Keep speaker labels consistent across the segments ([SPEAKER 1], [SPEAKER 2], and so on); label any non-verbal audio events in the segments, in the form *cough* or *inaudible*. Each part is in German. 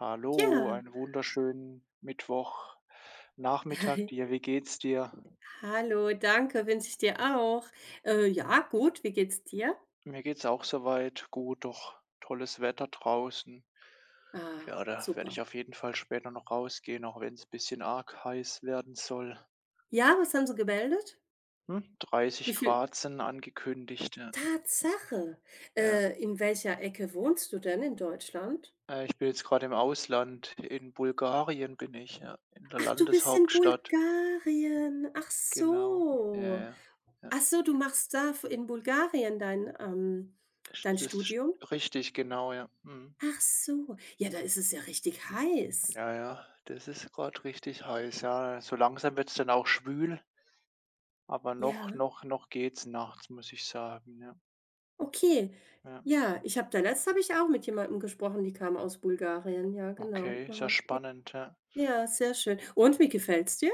[SPEAKER 1] Hallo,
[SPEAKER 2] Ja,
[SPEAKER 1] einen wunderschönen Mittwochnachmittag
[SPEAKER 2] *laughs*
[SPEAKER 1] dir. Wie geht's dir?
[SPEAKER 2] hallo, danke, wünsche ich dir auch. Ja, gut, wie geht's dir?
[SPEAKER 1] Mir geht's auch soweit gut, doch tolles Wetter draußen.
[SPEAKER 2] Ah,
[SPEAKER 1] Ja, da werde
[SPEAKER 2] super.
[SPEAKER 1] ich auf jeden Fall später noch rausgehen, auch wenn wenn's bisschen arg heiß werden soll.
[SPEAKER 2] Ja, was haben sie gemeldet?
[SPEAKER 1] Hm?
[SPEAKER 2] Wie
[SPEAKER 1] 30
[SPEAKER 2] viel?
[SPEAKER 1] Grad sind angekündigt. Ja.
[SPEAKER 2] Tatsache.
[SPEAKER 1] Ja.
[SPEAKER 2] In welcher Ecke wohnst du denn in Deutschland?
[SPEAKER 1] Ich bin jetzt gerade im Ausland. In Bulgarien bin ich, ja, in der
[SPEAKER 2] Ach, du bist in
[SPEAKER 1] Landeshauptstadt.
[SPEAKER 2] Bulgarien. Ach
[SPEAKER 1] Genau. Ja,
[SPEAKER 2] so.
[SPEAKER 1] ja. Ja.
[SPEAKER 2] Ach so, du machst da in Bulgarien dein
[SPEAKER 1] Ist
[SPEAKER 2] Studium?
[SPEAKER 1] richtig, genau, ja. Mhm.
[SPEAKER 2] Ach so. Ja, da ist es ja richtig heiß.
[SPEAKER 1] Ja, ja, das ist gerade richtig heiß, ja. So langsam wird's dann auch schwül, aber noch
[SPEAKER 2] Ja.
[SPEAKER 1] noch noch geht's nachts, muss ich sagen, ja.
[SPEAKER 2] Okay.
[SPEAKER 1] Ja.
[SPEAKER 2] Ja, ich habe da letzt habe ich auch mit jemandem gesprochen, die kam aus Bulgarien. Ja, genau.
[SPEAKER 1] Okay, sehr
[SPEAKER 2] Aha. J
[SPEAKER 1] spannend, ja.
[SPEAKER 2] Ja, sehr schön. Und wie gefällt's dir?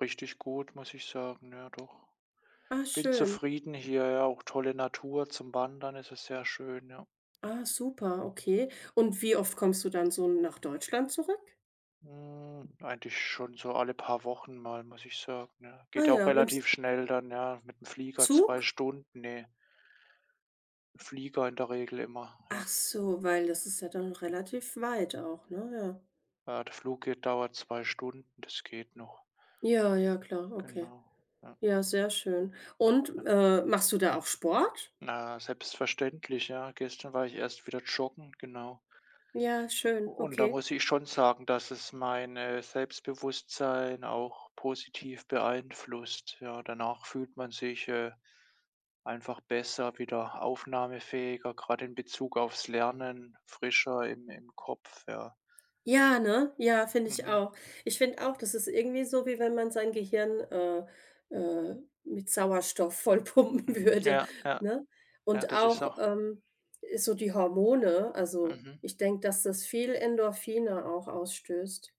[SPEAKER 1] Richtig gut, muss ich sagen, ja doch.
[SPEAKER 2] Ah,
[SPEAKER 1] Bin
[SPEAKER 2] schön.
[SPEAKER 1] zufrieden hier, ja, auch tolle Natur zum Wandern, ist es sehr schön, ja.
[SPEAKER 2] Ah, super, okay. Und wie oft kommst du dann so nach Deutschland zurück?
[SPEAKER 1] Hm, eigentlich schon so alle paar Wochen mal, muss ich sagen, ja.
[SPEAKER 2] Ah
[SPEAKER 1] Geht ja auch
[SPEAKER 2] ja, nimmst
[SPEAKER 1] relativ schnell dann, ja, mit dem Flieger 2
[SPEAKER 2] Zug?
[SPEAKER 1] Stunden, ne, Flieger in der Regel immer,
[SPEAKER 2] Ach
[SPEAKER 1] ja.
[SPEAKER 2] so, weil das ist ja dann relativ weit auch, ne? Ja.
[SPEAKER 1] Ja, der Flug geht dauert 2 Stunden, das geht noch.
[SPEAKER 2] Ja, ja, klar, okay.
[SPEAKER 1] Genau. Ja,
[SPEAKER 2] Ja, sehr schön. Und,
[SPEAKER 1] ja.
[SPEAKER 2] machst du da auch Sport?
[SPEAKER 1] Na, selbstverständlich, ja. Gestern war ich erst wieder joggen, genau.
[SPEAKER 2] Ja, schön,
[SPEAKER 1] Und da
[SPEAKER 2] okay.
[SPEAKER 1] muss ich schon sagen, dass es mein, Selbstbewusstsein auch positiv beeinflusst. Ja, danach fühlt man sich, einfach besser, wieder aufnahmefähiger, gerade in Bezug aufs Lernen, frischer im Kopf, ja.
[SPEAKER 2] Ja, ne? Ja, finde ich
[SPEAKER 1] Mhm,
[SPEAKER 2] auch. Ich finde auch, das ist irgendwie so, wie wenn man sein Gehirn, äh, mit Sauerstoff vollpumpen *laughs*
[SPEAKER 1] mhm.
[SPEAKER 2] würde,
[SPEAKER 1] Ja, ja,
[SPEAKER 2] ne?
[SPEAKER 1] ja,
[SPEAKER 2] Und
[SPEAKER 1] das ist
[SPEAKER 2] auch,
[SPEAKER 1] auch
[SPEAKER 2] so die Hormone, also,
[SPEAKER 1] mhm.
[SPEAKER 2] ich denke, dass das viel Endorphine auch ausstößt,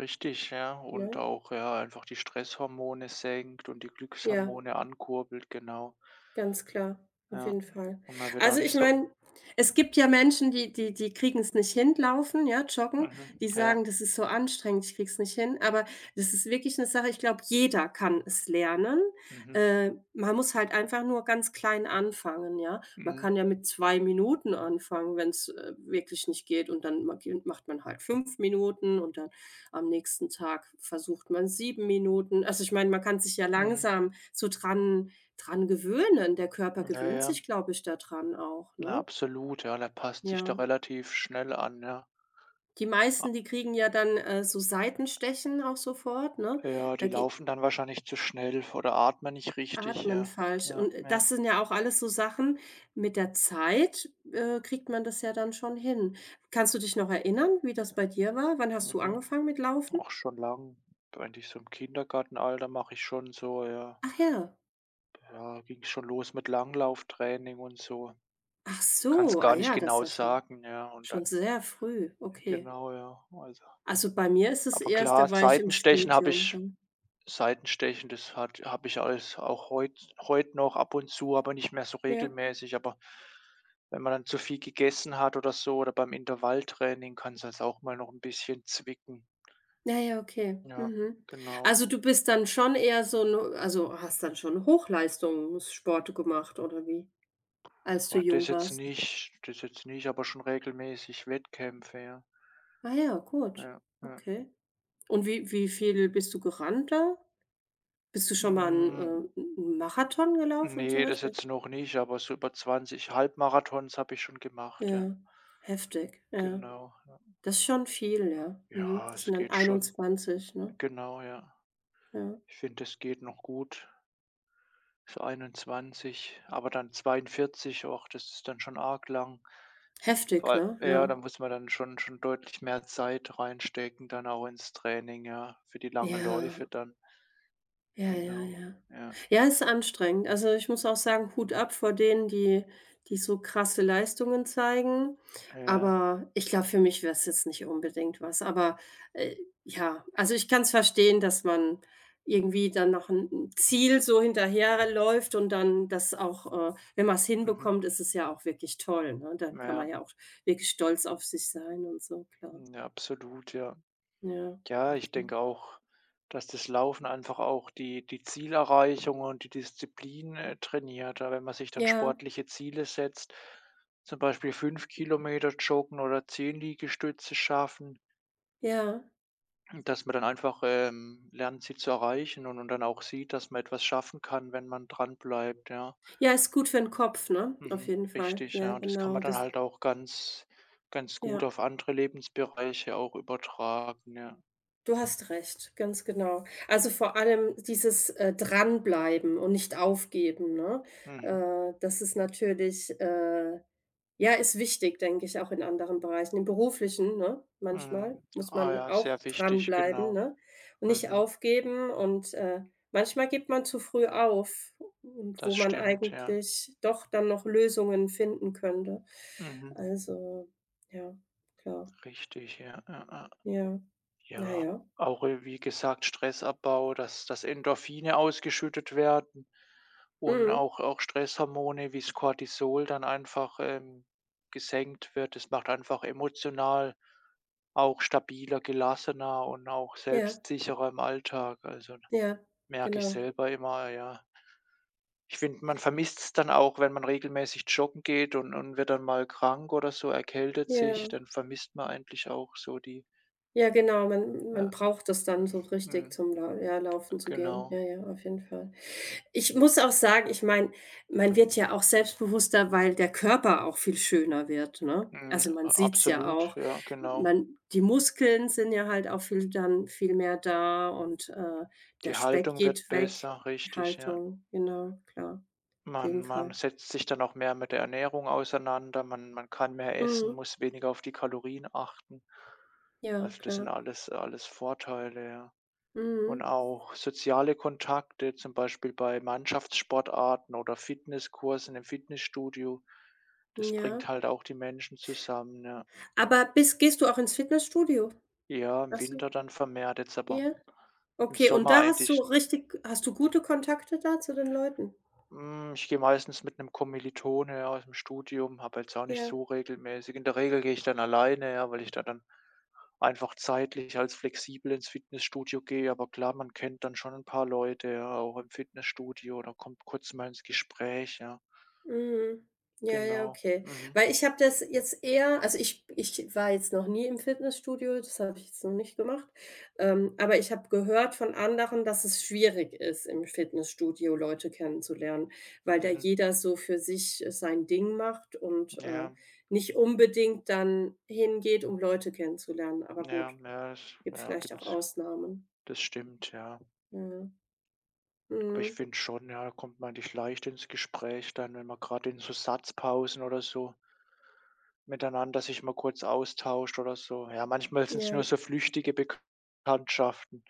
[SPEAKER 1] Richtig, ja. Und
[SPEAKER 2] ne?
[SPEAKER 1] auch, ja, einfach die Stresshormone senkt und die
[SPEAKER 2] Ja.
[SPEAKER 1] Glückshormone ankurbelt, genau.
[SPEAKER 2] Ganz klar, auf
[SPEAKER 1] Ja.
[SPEAKER 2] jeden Fall.
[SPEAKER 1] Und man wird auch
[SPEAKER 2] Also,
[SPEAKER 1] nicht
[SPEAKER 2] ich
[SPEAKER 1] so
[SPEAKER 2] meine, es gibt ja Menschen, die die kriegen es nicht hin, Laufen, ja, Joggen.
[SPEAKER 1] mhm,
[SPEAKER 2] Die
[SPEAKER 1] ja,
[SPEAKER 2] sagen: „Das ist so anstrengend, ich krieg's nicht hin.“ Aber das ist wirklich eine Sache, ich glaube, jeder kann es lernen.
[SPEAKER 1] mhm,
[SPEAKER 2] Man muss halt einfach nur ganz klein anfangen, ja? Man
[SPEAKER 1] mhm,
[SPEAKER 2] kann ja mit 2 Minuten anfangen, wenn's, wirklich nicht geht und dann ma macht man halt 5 Minuten und dann am nächsten Tag versucht man 7 Minuten. Also, ich meine, man kann sich ja
[SPEAKER 1] mhm.
[SPEAKER 2] langsam so dran gewöhnen. Der Körper
[SPEAKER 1] Ja,
[SPEAKER 2] gewöhnt sich,
[SPEAKER 1] ja.
[SPEAKER 2] glaube ich, daran auch,
[SPEAKER 1] Na,
[SPEAKER 2] ne?
[SPEAKER 1] absolut, ja. Der passt sich da
[SPEAKER 2] Ja.
[SPEAKER 1] relativ schnell an, ja.
[SPEAKER 2] Die
[SPEAKER 1] A
[SPEAKER 2] meisten, die kriegen ja dann, so Seitenstechen auch sofort, ne?
[SPEAKER 1] ja,
[SPEAKER 2] Da
[SPEAKER 1] die
[SPEAKER 2] geht
[SPEAKER 1] laufen dann wahrscheinlich zu schnell oder atmen nicht richtig,
[SPEAKER 2] Atmen
[SPEAKER 1] ja.
[SPEAKER 2] falsch.
[SPEAKER 1] Ja,
[SPEAKER 2] Und
[SPEAKER 1] ja,
[SPEAKER 2] das sind ja auch alles so Sachen, mit der Zeit, kriegt man das ja dann schon hin. Kannst du dich noch erinnern, wie das bei dir war? Wann hast du
[SPEAKER 1] mhm.
[SPEAKER 2] angefangen mit Laufen?
[SPEAKER 1] Auch schon lang. Eigentlich so im Kindergartenalter mache ich schon so, ja.
[SPEAKER 2] Ach ja.
[SPEAKER 1] Ja, ging schon los mit Langlauftraining und so.
[SPEAKER 2] Ach
[SPEAKER 1] Kann's
[SPEAKER 2] so, ah
[SPEAKER 1] gar nicht
[SPEAKER 2] ja, das ist
[SPEAKER 1] genau
[SPEAKER 2] ja schon
[SPEAKER 1] sagen, ja, und
[SPEAKER 2] schon
[SPEAKER 1] dann
[SPEAKER 2] sehr früh,
[SPEAKER 1] ja
[SPEAKER 2] okay.
[SPEAKER 1] genau, ja. Also,
[SPEAKER 2] Also, bei mir ist es
[SPEAKER 1] aber
[SPEAKER 2] erst, da
[SPEAKER 1] klar,
[SPEAKER 2] war ich im
[SPEAKER 1] Seitenstechen habe
[SPEAKER 2] Studium
[SPEAKER 1] ich,
[SPEAKER 2] dann.
[SPEAKER 1] Seitenstechen, das hat habe ich alles auch heut noch ab und zu, aber nicht mehr so
[SPEAKER 2] Ja.
[SPEAKER 1] regelmäßig. Aber wenn man dann zu viel gegessen hat oder so oder beim Intervalltraining kann's halt auch mal noch 'n bisschen zwicken.
[SPEAKER 2] Ja, ja, okay.
[SPEAKER 1] Ja,
[SPEAKER 2] Mhm.
[SPEAKER 1] genau.
[SPEAKER 2] Also, du bist dann schon eher hast dann schon Hochleistungssport gemacht oder wie, als du
[SPEAKER 1] Boah, das
[SPEAKER 2] jung
[SPEAKER 1] jetzt
[SPEAKER 2] warst?
[SPEAKER 1] nicht das jetzt nicht, aber schon regelmäßig Wettkämpfe, ja.
[SPEAKER 2] Ah ja, gut.
[SPEAKER 1] Ja, ja.
[SPEAKER 2] Okay. Und wie viel bist du gerannt da? Bist du schon mal
[SPEAKER 1] Hm.
[SPEAKER 2] einen 'n Marathon gelaufen zum
[SPEAKER 1] Ne, das
[SPEAKER 2] Beispiel?
[SPEAKER 1] jetzt noch nicht, aber so über 20 Halbmarathons habe ich schon gemacht, ja.
[SPEAKER 2] Ja, heftig, ja.
[SPEAKER 1] Genau, ja.
[SPEAKER 2] Das ist schon viel, ja. Mhm.
[SPEAKER 1] Ja,
[SPEAKER 2] Das sind
[SPEAKER 1] es
[SPEAKER 2] dann
[SPEAKER 1] geht schon.
[SPEAKER 2] 21, ne?
[SPEAKER 1] Genau, ja.
[SPEAKER 2] Ja.
[SPEAKER 1] Ich finde, es geht noch gut. So 21, aber dann 42 auch, das ist dann schon arg lang. Vor
[SPEAKER 2] Heftig,
[SPEAKER 1] all
[SPEAKER 2] ne?
[SPEAKER 1] ja, da
[SPEAKER 2] Ja.
[SPEAKER 1] muss man dann schon deutlich mehr Zeit reinstecken, dann auch ins Training, ja, für die langen
[SPEAKER 2] Ja.
[SPEAKER 1] Läufe dann.
[SPEAKER 2] Ja, ja,
[SPEAKER 1] Genau,
[SPEAKER 2] ja.
[SPEAKER 1] ja,
[SPEAKER 2] Ja, ist anstrengend. Also, ich muss auch sagen, Hut ab vor denen, die die so krasse Leistungen zeigen.
[SPEAKER 1] ja,
[SPEAKER 2] Aber ich glaube, für mich wäre es jetzt nicht unbedingt was. Aber, äh, ja, also, ich kann es verstehen, dass man irgendwie dann noch ein 'n Ziel so hinterherläuft und dann das auch wenn man es
[SPEAKER 1] mhm,
[SPEAKER 2] hinbekommt, ist es ja auch wirklich toll, ne? Dann kann man
[SPEAKER 1] ja,
[SPEAKER 2] ja auch wirklich stolz auf sich sein und so, klar.
[SPEAKER 1] ja, absolut, ja.
[SPEAKER 2] Ja,
[SPEAKER 1] Ja, ich
[SPEAKER 2] okay.
[SPEAKER 1] denke auch, dass das Laufen einfach auch die Zielerreichung und die Disziplin, trainiert. Da wenn man sich dann
[SPEAKER 2] Ja,
[SPEAKER 1] sportliche Ziele setzt, zum Beispiel 5 Kilometer joggen oder 10 Liegestütze schaffen,
[SPEAKER 2] ja.
[SPEAKER 1] dass man dann einfach, lernt, sie zu erreichen und dann auch sieht, dass man etwas schaffen kann, wenn man dran bleibt, ja.
[SPEAKER 2] Ja, ist gut für 'n Kopf, ne? Auf
[SPEAKER 1] Mhm,
[SPEAKER 2] jeden Fall.
[SPEAKER 1] richtig,
[SPEAKER 2] Ja,
[SPEAKER 1] ja. Und das kann
[SPEAKER 2] genau,
[SPEAKER 1] man dann
[SPEAKER 2] das
[SPEAKER 1] halt auch ganz gut
[SPEAKER 2] ja.
[SPEAKER 1] auf andere Lebensbereiche auch übertragen, ja.
[SPEAKER 2] Du hast recht, ganz genau. Also, vor allem dieses, Dranbleiben und nicht aufgeben, ne?
[SPEAKER 1] Mhm.
[SPEAKER 2] Das ist natürlich, ja, ist wichtig, denke ich, auch in anderen Bereichen. Im Beruflichen, ne, manchmal
[SPEAKER 1] Mhm.
[SPEAKER 2] muss
[SPEAKER 1] Ah
[SPEAKER 2] man
[SPEAKER 1] ja,
[SPEAKER 2] auch
[SPEAKER 1] sehr wichtig,
[SPEAKER 2] dranbleiben,
[SPEAKER 1] genau.
[SPEAKER 2] ne, und nicht
[SPEAKER 1] Mhm.
[SPEAKER 2] aufgeben und, manchmal gibt man zu früh auf und wo
[SPEAKER 1] Das
[SPEAKER 2] man
[SPEAKER 1] stimmt, ja.
[SPEAKER 2] eigentlich doch dann noch Lösungen finden könnte.
[SPEAKER 1] Mhm.
[SPEAKER 2] Also, ja, klar.
[SPEAKER 1] Richtig, ja, ja, ja.
[SPEAKER 2] Ja.
[SPEAKER 1] Ja,
[SPEAKER 2] Naja.
[SPEAKER 1] auch wie gesagt, Stressabbau, dass Endorphine ausgeschüttet werden und
[SPEAKER 2] Mhm.
[SPEAKER 1] auch Stresshormone wie das Cortisol dann einfach gesenkt wird. Das macht einfach emotional auch stabiler, gelassener und auch
[SPEAKER 2] Ja,
[SPEAKER 1] selbstsicherer im Alltag. Also
[SPEAKER 2] ja,
[SPEAKER 1] merke ich
[SPEAKER 2] genau.
[SPEAKER 1] selber immer, ja. Ich finde, man vermisst es dann auch, wenn man regelmäßig joggen geht und wird dann mal krank oder so, erkältet sich,
[SPEAKER 2] Ja,
[SPEAKER 1] dann vermisst man eigentlich auch so die,
[SPEAKER 2] ja, genau. Man
[SPEAKER 1] ja,
[SPEAKER 2] braucht das dann so richtig
[SPEAKER 1] mhm,
[SPEAKER 2] zum Lau ja, Laufen zu gehen. Ja,
[SPEAKER 1] genau.
[SPEAKER 2] ja, auf jeden Fall. Ich muss auch sagen, ich meine, man wird ja auch selbstbewusster, weil der Körper auch viel schöner wird, ne?
[SPEAKER 1] Mhm,
[SPEAKER 2] Also, man sieht's ja
[SPEAKER 1] absolut,
[SPEAKER 2] auch.
[SPEAKER 1] ja, genau.
[SPEAKER 2] Man Die Muskeln sind ja halt auch viel mehr da und, der
[SPEAKER 1] Die
[SPEAKER 2] Speck
[SPEAKER 1] Haltung wird
[SPEAKER 2] geht weg.
[SPEAKER 1] besser,
[SPEAKER 2] Die
[SPEAKER 1] richtig, ja.
[SPEAKER 2] Haltung, genau, klar, auf
[SPEAKER 1] Man
[SPEAKER 2] jeden
[SPEAKER 1] man
[SPEAKER 2] Fall.
[SPEAKER 1] setzt sich dann auch mehr mit der Ernährung auseinander, man kann mehr essen,
[SPEAKER 2] Mhm.
[SPEAKER 1] muss weniger auf die Kalorien achten.
[SPEAKER 2] Ja,
[SPEAKER 1] Also, das sind
[SPEAKER 2] klar.
[SPEAKER 1] alles Vorteile, ja. Und
[SPEAKER 2] Mhm.
[SPEAKER 1] auch soziale Kontakte, zum Beispiel bei Mannschaftssportarten oder Fitnesskursen im Fitnessstudio. Das
[SPEAKER 2] Ja.
[SPEAKER 1] bringt halt auch die Menschen zusammen, ja.
[SPEAKER 2] Aber bist gehst du auch ins Fitnessstudio?
[SPEAKER 1] Ja, im
[SPEAKER 2] Machst du
[SPEAKER 1] Winter dann vermehrt jetzt, aber
[SPEAKER 2] ja?
[SPEAKER 1] im
[SPEAKER 2] Okay, und
[SPEAKER 1] Sommer
[SPEAKER 2] da hast du
[SPEAKER 1] eigentlich
[SPEAKER 2] richtig hast du gute Kontakte da zu den Leuten?
[SPEAKER 1] hm, ich gehe meistens mit 'nem Kommilitone, ja, aus'm Studium, habe jetzt auch nicht
[SPEAKER 2] Ja.
[SPEAKER 1] so regelmäßig. In der Regel gehe ich dann alleine, ja, weil ich da dann einfach zeitlich als flexibel ins Fitnessstudio gehe. Aber klar, man kennt dann schon 'n paar Leute, ja, auch im Fitnessstudio oder kommt kurz mal ins Gespräch, ja.
[SPEAKER 2] Mhm. Ja, ja,
[SPEAKER 1] Genau.
[SPEAKER 2] okay.
[SPEAKER 1] Mhm.
[SPEAKER 2] Weil ich habe das jetzt eher also ich war jetzt noch nie im Fitnessstudio, das habe ich jetzt noch nicht gemacht, aber ich habe gehört von anderen, dass es schwierig ist, im Fitnessstudio Leute kennenzulernen, weil da
[SPEAKER 1] Mhm.
[SPEAKER 2] jeder so für sich, sein Ding macht und,
[SPEAKER 1] Ja,
[SPEAKER 2] nicht unbedingt dann hingeht, um Leute kennenzulernen, aber gut.
[SPEAKER 1] ja, ja, das
[SPEAKER 2] Gibt
[SPEAKER 1] ja,
[SPEAKER 2] vielleicht auch
[SPEAKER 1] gibt's,
[SPEAKER 2] Ausnahmen.
[SPEAKER 1] das stimmt, ja.
[SPEAKER 2] Ja.
[SPEAKER 1] Aber ich
[SPEAKER 2] Mhm.
[SPEAKER 1] finde schon, ja, da kommt man eigentlich leicht ins Gespräch dann, wenn man grad in so Satzpausen oder so miteinander sich mal kurz austauscht oder so. Ja, manchmal sind es
[SPEAKER 2] Ja.
[SPEAKER 1] nur so flüchtige Bekanntschaften,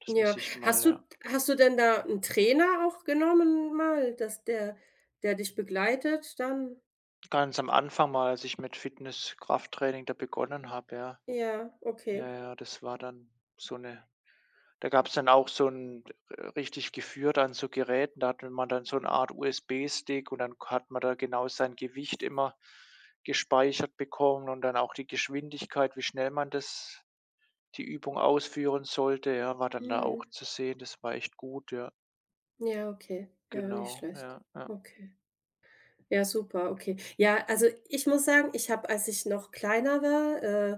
[SPEAKER 1] dass man
[SPEAKER 2] Ja.
[SPEAKER 1] sich mal
[SPEAKER 2] Hast du
[SPEAKER 1] ja,
[SPEAKER 2] hast du denn da 'n Trainer auch genommen mal, dass der der dich begleitet dann?
[SPEAKER 1] ganz am Anfang mal, als ich mit Fitness Krafttraining da begonnen habe, ja.
[SPEAKER 2] Ja,
[SPEAKER 1] Ja,
[SPEAKER 2] okay.
[SPEAKER 1] ja, das war dann so eine, da gab es dann auch so ein r richtig geführt an so Geräten, da hatte man dann so eine Art USB-Stick und dann hat man da genau sein Gewicht immer gespeichert bekommen und dann auch die Geschwindigkeit, wie schnell man das die Übung ausführen sollte, ja, war dann da auch
[SPEAKER 2] Mhm.
[SPEAKER 1] zu sehen. Das war echt gut, ja,
[SPEAKER 2] Ja, okay. Ja, nicht
[SPEAKER 1] genau,
[SPEAKER 2] schlecht.
[SPEAKER 1] ja, ja.
[SPEAKER 2] Okay. Ja, super, okay. Ja, also ich muss sagen, ich habe, als ich noch kleiner war, äh,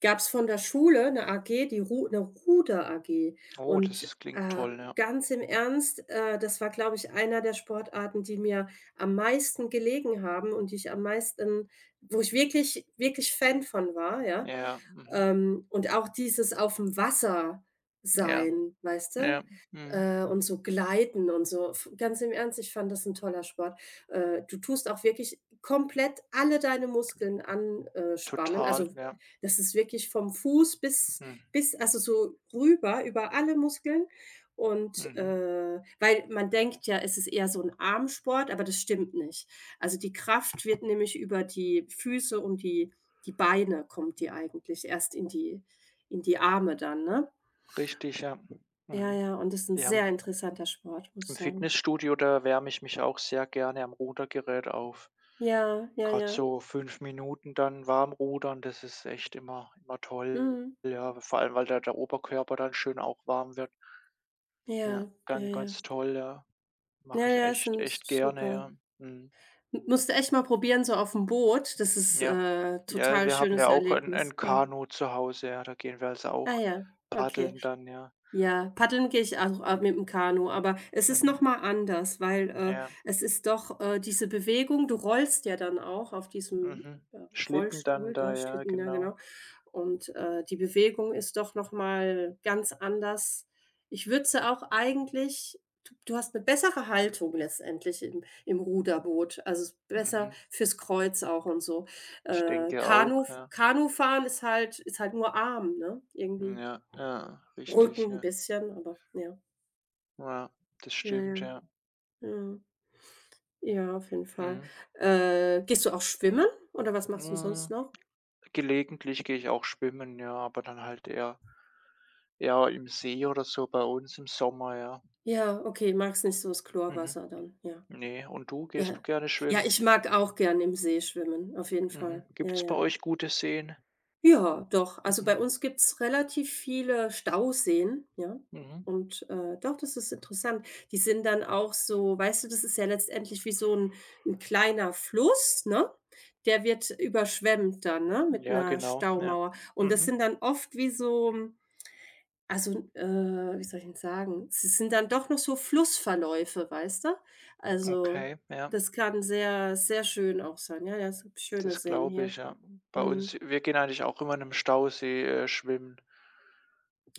[SPEAKER 2] gab's von der Schule 'ne AG, die Ru 'ne Ruder-AG.
[SPEAKER 1] Oh, das
[SPEAKER 2] Und,
[SPEAKER 1] ist klingt toll, ja.
[SPEAKER 2] ganz im Ernst, das war, glaube ich, einer der Sportarten, die mir am meisten gelegen haben und die ich am meisten wo ich wirklich, wirklich Fan von war, ja.
[SPEAKER 1] Ja, mhm.
[SPEAKER 2] Und auch dieses auf dem Wasser
[SPEAKER 1] Ja,
[SPEAKER 2] sein, weißt
[SPEAKER 1] ja,
[SPEAKER 2] du?
[SPEAKER 1] mhm.
[SPEAKER 2] Und so gleiten und so. F Ganz im Ernst, ich fand das ein toller Sport. Du tust auch wirklich komplett alle deine Muskeln anspannen.
[SPEAKER 1] Total,
[SPEAKER 2] Also,
[SPEAKER 1] ja.
[SPEAKER 2] das ist wirklich vom Fuß bis
[SPEAKER 1] Mhm.
[SPEAKER 2] bis also, so rüber über alle Muskeln und,
[SPEAKER 1] Mhm.
[SPEAKER 2] weil man denkt ja, es ist eher so ein Armsport, aber das stimmt nicht. Also, die Kraft wird nämlich über die Füße und die Beine kommt die eigentlich, erst in die Arme dann, ne?
[SPEAKER 1] Richtig, ja.
[SPEAKER 2] Ja,
[SPEAKER 1] Mhm.
[SPEAKER 2] ja, und das ist ein
[SPEAKER 1] Ja,
[SPEAKER 2] sehr interessanter Sport, muss ich
[SPEAKER 1] im
[SPEAKER 2] sagen.
[SPEAKER 1] Fitnessstudio, da wärme ich mich auch sehr gerne am Rudergerät auf.
[SPEAKER 2] Ja, ja,
[SPEAKER 1] Gerade
[SPEAKER 2] ja.
[SPEAKER 1] so 5 Minuten dann warm rudern, das ist echt immer toll,
[SPEAKER 2] Mhm.
[SPEAKER 1] ja, vor allem, weil da der Oberkörper dann schön auch warm wird. Ja,
[SPEAKER 2] Ja, ja,
[SPEAKER 1] ganz,
[SPEAKER 2] ja.
[SPEAKER 1] ganz toll, ja.
[SPEAKER 2] Ja,
[SPEAKER 1] Mache ich
[SPEAKER 2] ja, ist
[SPEAKER 1] echt
[SPEAKER 2] 'n
[SPEAKER 1] echt gerne,
[SPEAKER 2] super.
[SPEAKER 1] ja. Mhm.
[SPEAKER 2] M Musst du echt mal probieren, so auf dem Boot. Das ist,
[SPEAKER 1] Ja. Ja,
[SPEAKER 2] total
[SPEAKER 1] wir haben
[SPEAKER 2] schönes
[SPEAKER 1] ja auch ein
[SPEAKER 2] Erlebnis.
[SPEAKER 1] 'n
[SPEAKER 2] Ja.
[SPEAKER 1] Kanu zu Hause, ja, da gehen wir also
[SPEAKER 2] Ah
[SPEAKER 1] auch
[SPEAKER 2] ja, okay.
[SPEAKER 1] paddeln dann, ja.
[SPEAKER 2] Ja, paddeln gehe ich auch, mit dem Kanu, aber es ist noch
[SPEAKER 1] Mhm.
[SPEAKER 2] mal anders, weil,
[SPEAKER 1] Ja,
[SPEAKER 2] es ist doch, diese Bewegung du rollst ja dann auch auf diesem,
[SPEAKER 1] mhm.
[SPEAKER 2] äh,
[SPEAKER 1] Schlitten dann
[SPEAKER 2] Rollstuhl da,
[SPEAKER 1] da, ja,
[SPEAKER 2] Schlitten, ja
[SPEAKER 1] genau.
[SPEAKER 2] genau. Und, die Bewegung ist doch noch mal ganz anders. Ich würde sie auch eigentlich du du hast eine bessere Haltung letztendlich im Ruderboot, also, es ist besser
[SPEAKER 1] Mhm.
[SPEAKER 2] fürs Kreuz auch und so.
[SPEAKER 1] Ich denke auch, ja.
[SPEAKER 2] Kanufahren ist halt nur Arm, ne, irgendwie.
[SPEAKER 1] Ja, ja,
[SPEAKER 2] Rücken
[SPEAKER 1] richtig,
[SPEAKER 2] ein
[SPEAKER 1] ja.
[SPEAKER 2] bisschen, aber ja.
[SPEAKER 1] Ja, das
[SPEAKER 2] Ja,
[SPEAKER 1] stimmt,
[SPEAKER 2] ja,
[SPEAKER 1] ja.
[SPEAKER 2] ja. Ja, auf jeden Fall.
[SPEAKER 1] Mhm.
[SPEAKER 2] Gehst du auch schwimmen oder was machst du sonst
[SPEAKER 1] Hm,
[SPEAKER 2] noch?
[SPEAKER 1] gelegentlich gehe ich auch schwimmen, ja, aber dann halt eher im See oder so bei uns im Sommer, ja.
[SPEAKER 2] Ja, okay, magst nicht so das
[SPEAKER 1] Mhm.
[SPEAKER 2] Chlorwasser dann, ja.
[SPEAKER 1] Ne, und du, gehst du
[SPEAKER 2] Ja.
[SPEAKER 1] gerne
[SPEAKER 2] Ja,
[SPEAKER 1] schwimmen?
[SPEAKER 2] ich mag auch gern im See schwimmen, auf jeden
[SPEAKER 1] Mhm.
[SPEAKER 2] Fall. Ja,
[SPEAKER 1] Gibt's bei
[SPEAKER 2] ja.
[SPEAKER 1] euch gute Seen?
[SPEAKER 2] Ja, doch. Also, bei
[SPEAKER 1] Mhm,
[SPEAKER 2] uns gibt's relativ viele Stauseen, ja?
[SPEAKER 1] mhm.
[SPEAKER 2] Und, doch, das ist interessant. Die sind dann auch so weißt du, das ist ja letztendlich wie so ein 'n kleiner Fluss, ne? Der wird überschwemmt dann, ne, mit
[SPEAKER 1] Ja,
[SPEAKER 2] einer
[SPEAKER 1] genau, ja.
[SPEAKER 2] Staumauer. Und das
[SPEAKER 1] Mhm.
[SPEAKER 2] sind dann oft wie soll ich denn sagen? Es sind dann doch noch so Flussverläufe, weißt du? Also,
[SPEAKER 1] Okay, ja,
[SPEAKER 2] das kann sehr, sehr schön auch sein. Ja, ja, es gibt schöne
[SPEAKER 1] das
[SPEAKER 2] Seen
[SPEAKER 1] glaube
[SPEAKER 2] hier.
[SPEAKER 1] ich, ja. Bei uns
[SPEAKER 2] Mhm.
[SPEAKER 1] wir gehen eigentlich auch immer in 'nem Stausee, schwimmen.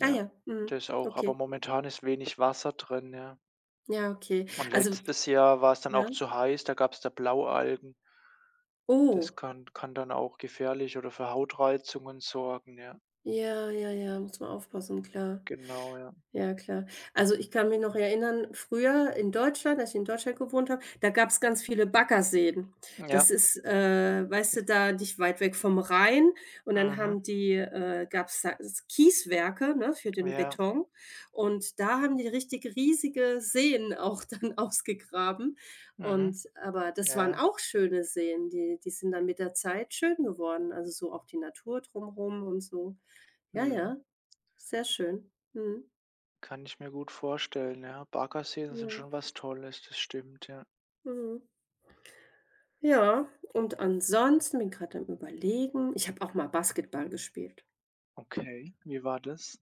[SPEAKER 2] Ah ja, mhm,
[SPEAKER 1] das auch, aber
[SPEAKER 2] okay.
[SPEAKER 1] momentan ist wenig Wasser drin, ja.
[SPEAKER 2] Ja, okay.
[SPEAKER 1] Und
[SPEAKER 2] Also
[SPEAKER 1] letztes Jahr war es dann
[SPEAKER 2] ja?
[SPEAKER 1] auch zu heiß, da gab's da Blaualgen. Das
[SPEAKER 2] Oh.
[SPEAKER 1] kann dann auch gefährlich oder für Hautreizungen sorgen, ja.
[SPEAKER 2] Ja, ja, ja, muss man aufpassen, klar.
[SPEAKER 1] Genau, ja.
[SPEAKER 2] Ja, klar. Also, ich kann mich noch erinnern, früher in Deutschland, als ich in Deutschland gewohnt habe, da gab's ganz viele Baggerseen. Das
[SPEAKER 1] Ja.
[SPEAKER 2] ist, weißt du, da nicht weit weg vom Rhein und dann
[SPEAKER 1] Mhm.
[SPEAKER 2] haben die, gab's da s Kieswerke, ne, für den
[SPEAKER 1] Ja.
[SPEAKER 2] Beton und da haben die richtig riesige Seen auch dann *laughs* ausgegraben
[SPEAKER 1] Mhm.
[SPEAKER 2] und aber das
[SPEAKER 1] Ja,
[SPEAKER 2] waren
[SPEAKER 1] ja.
[SPEAKER 2] auch schöne Seen, die die sind dann mit der Zeit schön geworden, also, so auch die Natur drumherum und so. Ja, ja,
[SPEAKER 1] Mhm.
[SPEAKER 2] sehr schön. Mhm.
[SPEAKER 1] Kann ich mir gut vorstellen, ja. Barker-Szenen sind
[SPEAKER 2] Ja.
[SPEAKER 1] schon was Tolles, das stimmt, ja.
[SPEAKER 2] Mhm. Ja, und ansonsten bin gerade am Überlegen ich habe auch mal Basketball gespielt.
[SPEAKER 1] Okay, wie war das?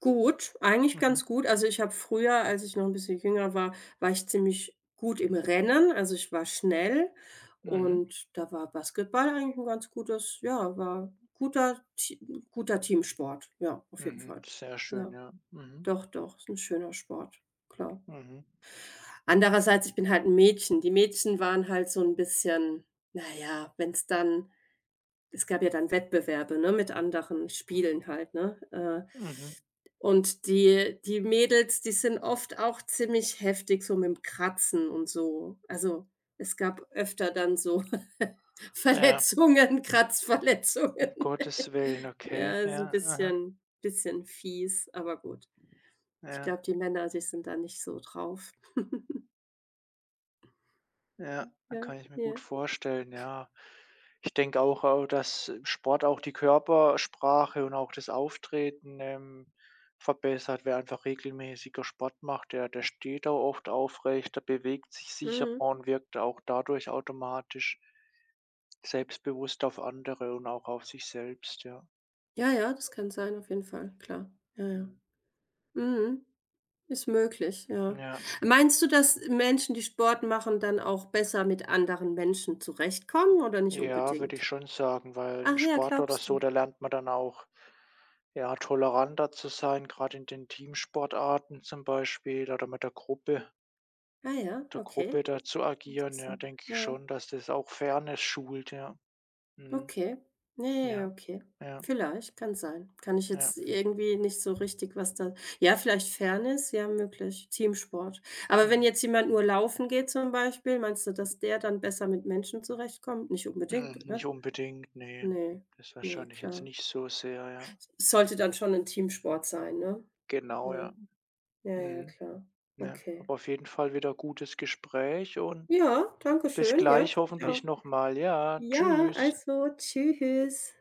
[SPEAKER 2] Gut, eigentlich
[SPEAKER 1] Mhm,
[SPEAKER 2] ganz gut. Also, ich habe früher, als ich noch ein bisschen jünger war, war ich ziemlich gut im Rennen. Also, ich war schnell
[SPEAKER 1] mhm,
[SPEAKER 2] und da war Basketball eigentlich ein ganz gutes ja, war guter Teamsport. Ja, auf jeden
[SPEAKER 1] mhm,
[SPEAKER 2] Fall.
[SPEAKER 1] sehr schön,
[SPEAKER 2] Ja,
[SPEAKER 1] ja. Mhm,
[SPEAKER 2] doch, doch, ist ein schöner Sport, klar.
[SPEAKER 1] mhm,
[SPEAKER 2] Andererseits, ich bin halt ein Mädchen. Die Mädchen waren halt so ein bisschen na ja, Es gab ja dann Wettbewerbe, ne, mit anderen Spielen halt, ne?
[SPEAKER 1] mhm.
[SPEAKER 2] Und die Mädels, die sind oft auch ziemlich heftig so mit'm Kratzen und so. Also, es gab öfter dann so *laughs*
[SPEAKER 1] Ja,
[SPEAKER 2] Verletzungen,
[SPEAKER 1] um
[SPEAKER 2] Kratzverletzungen.
[SPEAKER 1] Gottes
[SPEAKER 2] *laughs*
[SPEAKER 1] Willen, okay,
[SPEAKER 2] Ja, ist ein
[SPEAKER 1] ja, aha,
[SPEAKER 2] bisschen fies, aber gut. Ich glaube,
[SPEAKER 1] ja.
[SPEAKER 2] die Männer, die sind da nicht so drauf.
[SPEAKER 1] Ja,
[SPEAKER 2] Ja,
[SPEAKER 1] kann ich mir gut
[SPEAKER 2] ja.
[SPEAKER 1] vorstellen, ja. Ich denke auch, dass im Sport auch die Körpersprache und auch das Auftreten, verbessert. Wer einfach regelmäßiger Sport macht, der steht auch oft aufrechter, bewegt sich sicherer
[SPEAKER 2] Mhm.
[SPEAKER 1] und wirkt auch dadurch automatisch selbstbewusst auf andere und auch auf sich selbst, ja.
[SPEAKER 2] Ja, ja, das kann sein auf jeden Fall, klar. Ja, ja.
[SPEAKER 1] Mhm.
[SPEAKER 2] Mhm. Ist möglich, ja.
[SPEAKER 1] Ja.
[SPEAKER 2] Meinst du, dass Menschen, die Sport machen, dann auch besser mit anderen Menschen zurechtkommen oder nicht
[SPEAKER 1] Ja, würde ich
[SPEAKER 2] unbedingt?
[SPEAKER 1] schon sagen, weil im
[SPEAKER 2] Ach ja,
[SPEAKER 1] Sport oder
[SPEAKER 2] glaubst du?
[SPEAKER 1] so, da lernt man dann auch, ja, toleranter zu sein, gerade in den Teamsportarten zum Beispiel oder mit der Gruppe
[SPEAKER 2] Ah ja,
[SPEAKER 1] der
[SPEAKER 2] okay,
[SPEAKER 1] Gruppe da zu agieren, ja,
[SPEAKER 2] interessant.
[SPEAKER 1] denke ich
[SPEAKER 2] Ja,
[SPEAKER 1] schon, dass das auch Fairness schult, ja. Mhm.
[SPEAKER 2] okay. Ja, ja, ja,
[SPEAKER 1] Ja,
[SPEAKER 2] okay.
[SPEAKER 1] ja,
[SPEAKER 2] Vielleicht, kann sein. Kann ich
[SPEAKER 1] ja.
[SPEAKER 2] jetzt irgendwie nicht so richtig was da ja, vielleicht Fairness, ja, möglich, Teamsport. Aber wenn
[SPEAKER 1] Mhm.
[SPEAKER 2] jetzt jemand nur laufen geht zum Beispiel, meinst du, dass der dann besser mit Menschen zurechtkommt? Nicht unbedingt,
[SPEAKER 1] Mhm.
[SPEAKER 2] oder?
[SPEAKER 1] Nicht unbedingt, nee,
[SPEAKER 2] Ne,
[SPEAKER 1] das
[SPEAKER 2] ne,
[SPEAKER 1] wahrscheinlich jetzt
[SPEAKER 2] klar.
[SPEAKER 1] nicht so sehr, ja.
[SPEAKER 2] Sollte dann schon 'n Teamsport sein, ne?
[SPEAKER 1] Genau,
[SPEAKER 2] Ja,
[SPEAKER 1] ja.
[SPEAKER 2] ja, ja,
[SPEAKER 1] Mhm.
[SPEAKER 2] klar.
[SPEAKER 1] Ja,
[SPEAKER 2] Okay.
[SPEAKER 1] aber auf jeden Fall wieder gutes Gespräch und
[SPEAKER 2] Ja, danke
[SPEAKER 1] bis
[SPEAKER 2] schön. Ja,
[SPEAKER 1] gleich
[SPEAKER 2] finde ich auch.
[SPEAKER 1] hoffentlich noch mal. Ja,
[SPEAKER 2] Ja,
[SPEAKER 1] tschüss.
[SPEAKER 2] also, tschüss.